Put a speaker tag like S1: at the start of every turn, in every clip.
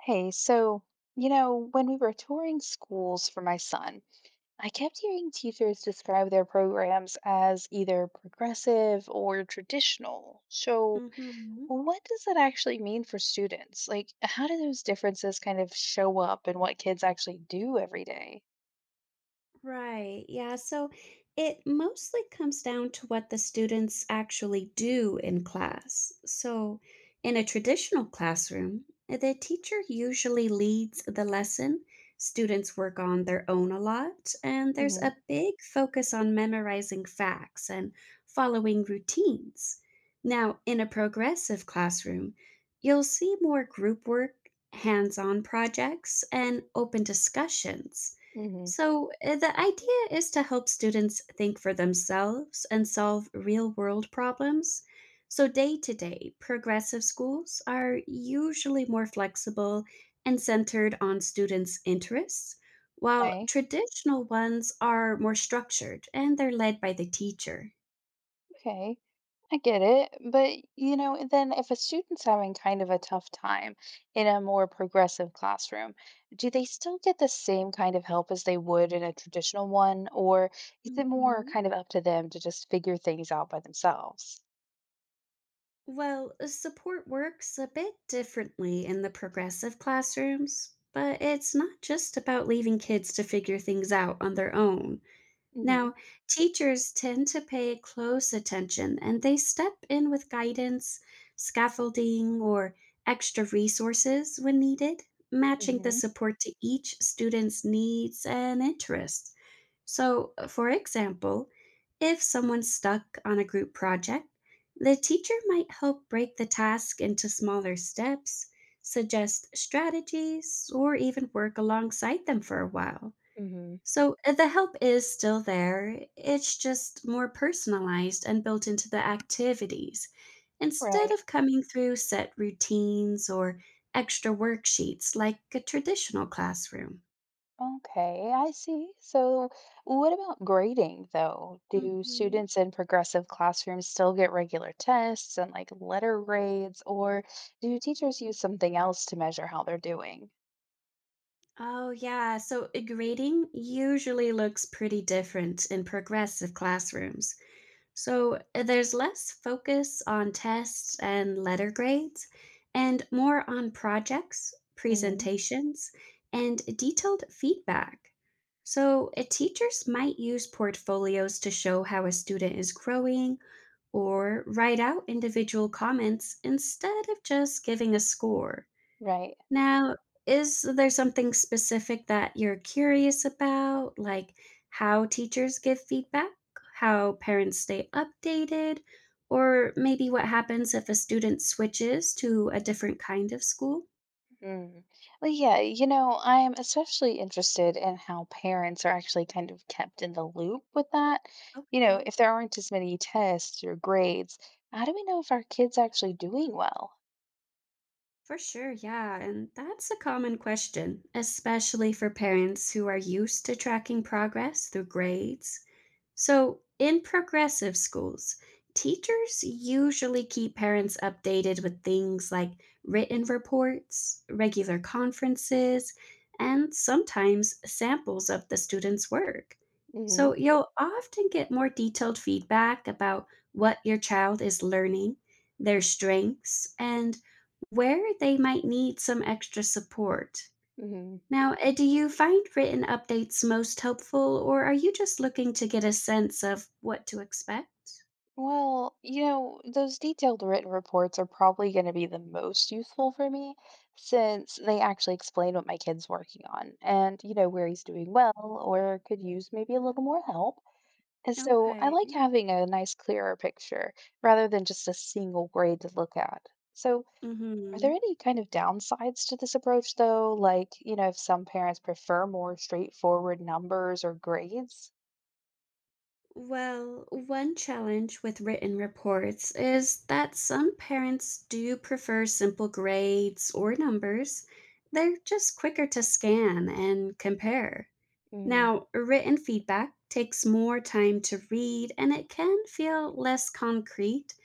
S1: Hey, so, when we were touring schools for my son, I kept hearing teachers describe their programs as either progressive or traditional. So,
S2: Hmm.
S1: what does that actually mean for students? Like, how do those differences kind of show up in what kids actually do every day?
S2: Right. Yeah. So it mostly comes down to what the students actually do in class. So in a traditional classroom, the teacher usually leads the lesson. Students work on their own a lot, and there's
S1: Mm-hmm.
S2: a big focus on memorizing facts and following routines. Now, in a progressive classroom, you'll see more group work, hands on projects, and open discussions.
S1: Mm-hmm.
S2: So, the idea is to help students think for themselves and solve real world problems. So, day to day, progressive schools are usually more flexible and centered on students' interests, while
S1: Okay.
S2: traditional ones are more structured and they're led by the teacher.
S1: Okay, I get it. But, then if a student's having kind of a tough time in a more progressive classroom, do they still get the same kind of help as they would in a traditional one, or is it more
S2: hmm
S1: kind of up to them to just figure things out by themselves?
S2: Well, support works a bit differently in the progressive classrooms, but it's not just about leaving kids to figure things out on their own.
S1: Hmm.
S2: Now, teachers tend to pay close attention and they step in with guidance, scaffolding, or extra resources when needed, matching the
S1: Hmm.
S2: support to each student's needs and interests. So, for example, if someone's stuck on a group project, the teacher might help break the task into smaller steps, suggest strategies, or even work alongside them for a while.
S1: Hmm.
S2: So the help is still there, it's just more personalized and built into the activities instead
S1: Right.
S2: of coming through set routines or extra worksheets like a traditional classroom.
S1: Okay, I see. So, what about grading though? Do
S2: Hmm.
S1: students in progressive classrooms still get regular tests and like letter grades, or do teachers use something else to measure how they're doing?
S2: Oh, yeah. So grading usually looks pretty different in progressive classrooms. So there's less focus on tests and letter grades and more on projects,
S1: Hmm.
S2: presentations, and detailed feedback. So teachers might use portfolios to show how a student is growing or write out individual comments instead of just giving a score.
S1: Right.
S2: Now, is there something specific that you're curious about, like how teachers give feedback, how parents stay updated, or maybe what happens if a student switches to a different kind of school?
S1: Mm. Well, yeah, I'm especially interested in how parents are actually kind of kept in the loop with that. You know,
S2: Okay,
S1: if there aren't as many tests or grades, how do we know if our kids actually doing well?
S2: for sure, yeah. And that's a common question, especially for parents who are used to tracking progress through grades. So, in progressive schools, teachers usually keep parents updated with things like written reports, regular conferences, and sometimes samples of the students' work.
S1: Hmm.
S2: So, you'll often get more detailed feedback about what your child is learning, their strengths, and where they might need some extra support.
S1: Hmm.
S2: Now, do you find written updates most helpful, or are you just looking to get a sense of what to expect?
S1: Well, those detailed written reports are probably going to be the most useful for me since they actually explain what my kid's working on and where he's doing well or could use maybe a little more help. And so I like
S2: Okay.
S1: having a nice, clearer picture rather than just a single grade to look at. So, are there
S2: hmm
S1: any kind of downsides to this approach, though? Like, if some parents prefer more straightforward numbers or grades?
S2: Well, one challenge with written reports is that some parents do prefer simple grades or numbers. They're just quicker to scan and compare.
S1: Mm.
S2: Now, written feedback takes more time to read and it can feel less concrete,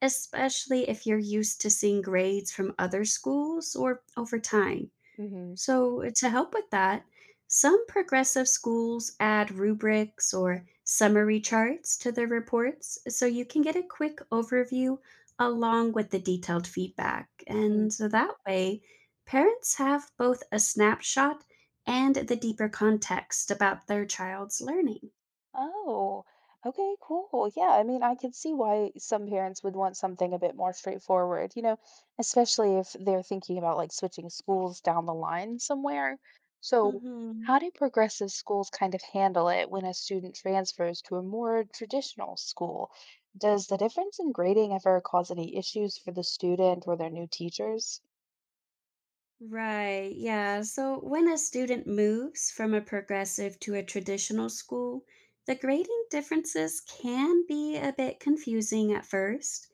S2: especially if you're used to seeing grades from other schools or over time.
S1: Mm-hmm.
S2: So, to help with that, some progressive schools add rubrics or summary charts to their reports so you can get a quick overview along with the detailed feedback. And
S1: Mm-hmm.
S2: so that way, parents have both a snapshot and the deeper context about their child's learning.
S1: Oh, okay, cool. Yeah, I mean, I can see why some parents would want something a bit more straightforward, especially if they're thinking about like switching schools down the line somewhere. So, how
S2: Mhm.
S1: do progressive schools kind of handle it when a student transfers to a more traditional school? Does the difference in grading ever cause any issues for the student or their new teachers?
S2: Right, yeah. So when a student moves from a progressive to a traditional school, the grading differences can be a bit confusing at first.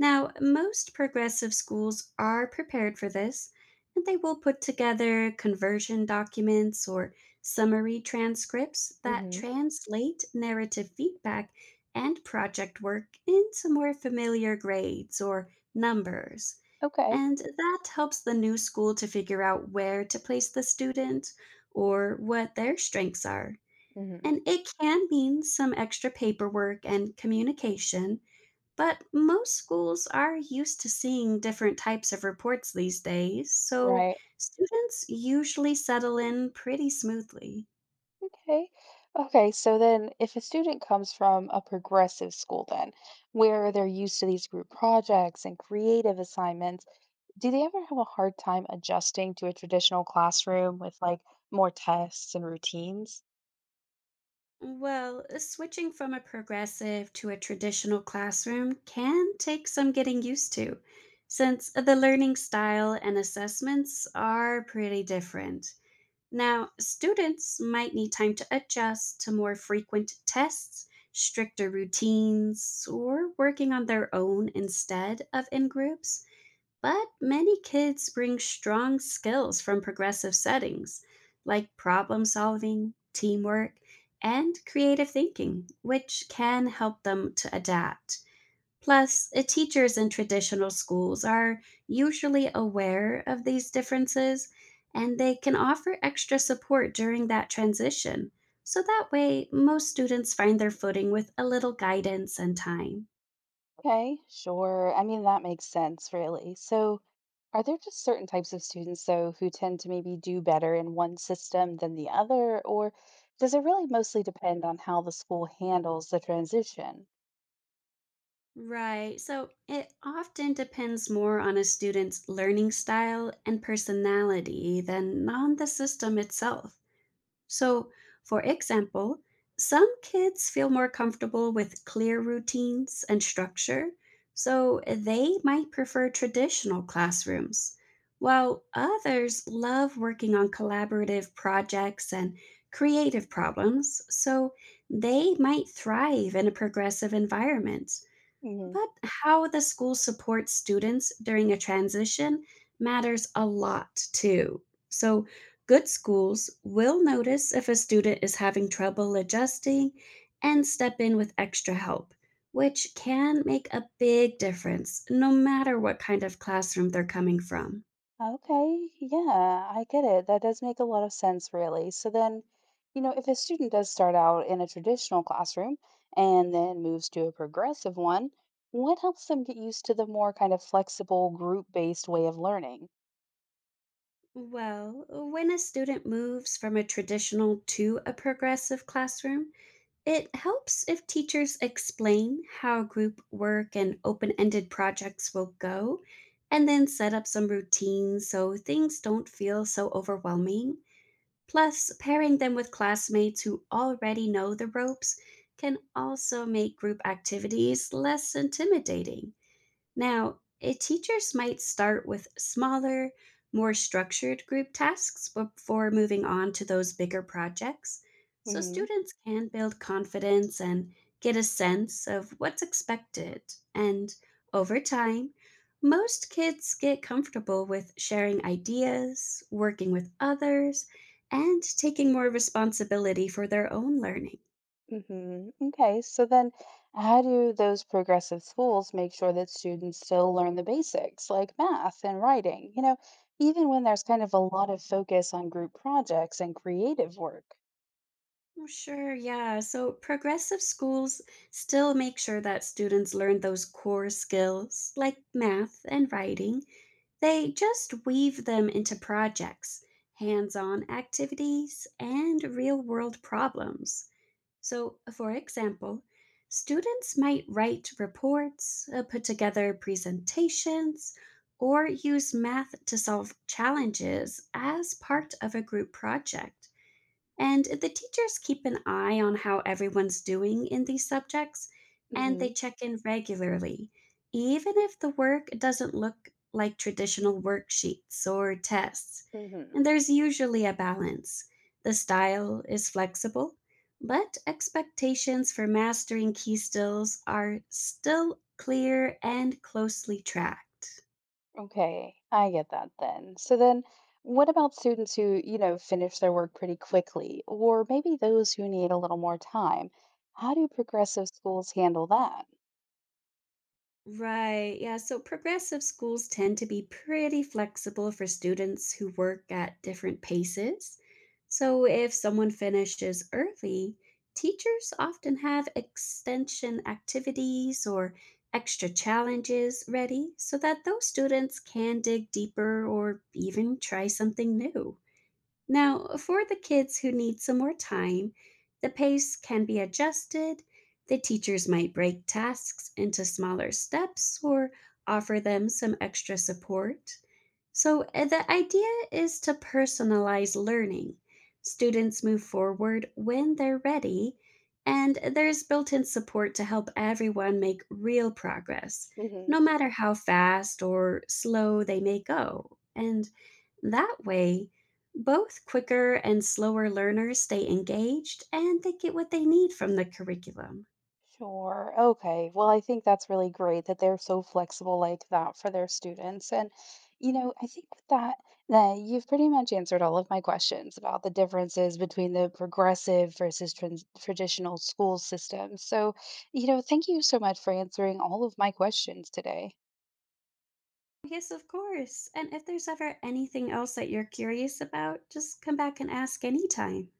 S2: Now, most progressive schools are prepared for this, and they will put together conversion documents or summary transcripts that
S1: Hmm.
S2: translate narrative feedback and project work into more familiar grades or numbers.
S1: Okay.
S2: And that helps the new school to figure out where to place the student or what their strengths are.
S1: Hmm.
S2: And it can mean some extra paperwork and communication, but most schools are used to seeing different types of reports these days, so
S1: Right.
S2: students usually settle in pretty smoothly.
S1: Okay. Okay. So then, if a student comes from a progressive school, then where they're used to these group projects and creative assignments, do they ever have a hard time adjusting to a traditional classroom with like more tests and routines?
S2: Well, switching from a progressive to a traditional classroom can take some getting used to, since the learning style and assessments are pretty different. Now, students might need time to adjust to more frequent tests, stricter routines, or working on their own instead of in groups. But many kids bring strong skills from progressive settings, like problem solving, teamwork, and creative thinking, which can help them to adapt. Plus, teachers in traditional schools are usually aware of these differences and they can offer extra support during that transition. So that way, most students find their footing with a little guidance and time.
S1: Okay. Sure. I mean, that makes sense, really. So, are there just certain types of students, though, who tend to maybe do better in one system than the other? Or does it really mostly depend on how the school handles the transition?
S2: Right. So it often depends more on a student's learning style and personality than on the system itself. So, for example, some kids feel more comfortable with clear routines and structure, so they might prefer traditional classrooms, while others love working on collaborative projects and creative problems, so they might thrive in a progressive environment. But how the school supports students during a transition matters a lot too. So, good schools will notice if a student is having trouble adjusting and step in with extra help, which can make a big difference no matter what kind of classroom they're coming from.
S1: Okay, yeah, I get it. That does make a lot of sense, really. So then, if a student does start out in a traditional classroom and then moves to a progressive one, what helps them get used to the more kind of flexible group-based way of learning?
S2: Well, when a student moves from a traditional to a progressive classroom, it helps if teachers explain how group work and open ended projects will go, and then set up some routines so things don't feel so overwhelming. Plus, pairing them with classmates who already know the ropes can also make group activities less intimidating. Now, teachers might start with smaller, more structured group tasks before moving on to those bigger projects, so
S1: Hmm.
S2: students can build confidence and get a sense of what's expected. And over time, most kids get comfortable with sharing ideas, working with others, and taking more responsibility for their own learning.
S1: Hmm. Okay, so then how do those progressive schools make sure that students still learn the basics like math and writing, even when there's kind of a lot of focus on group projects and creative work?
S2: Well, sure, yeah. So progressive schools still make sure that students learn those core skills like math and writing. They just weave them into projects, hands on activities, and real world problems. So, for example, students might write reports, put together presentations, or use math to solve challenges as part of a group project. And the teachers keep an eye on how everyone's doing in these subjects, and they
S1: Hmm.
S2: check in regularly, even if the work doesn't look like traditional worksheets or tests.
S1: Hmm.
S2: And there's usually a balance. The style is flexible, but expectations for mastering key stills are still clear and closely tracked.
S1: Okay, I get that then. So then what about students who, finish their work pretty quickly, or maybe those who need a little more time? How do progressive schools handle that?
S2: Right. Yeah. So progressive schools tend to be pretty flexible for students who work at different paces. So if someone finishes early, teachers often have extension activities or extra challenges ready so that those students can dig deeper or even try something new. Now, for the kids who need some more time, the pace can be adjusted. The teachers might break tasks into smaller steps or offer them some extra support. So, the idea is to personalize learning. Students move forward when they're ready, and there's built in support to help everyone make real progress,
S1: Mm-hmm.
S2: no matter how fast or slow they may go. And that way, both quicker and slower learners stay engaged and they get what they need from the curriculum.
S1: Sure. Okay. Well, I think that's really great that they're so flexible like that for their students. And I think with that, that you've pretty much answered all of my questions about the differences between the progressive versus trans traditional school systems. So, thank you so much for answering all of my questions today.
S2: Yes, of course. And if there's ever anything else that you're curious about, just come back and ask anytime.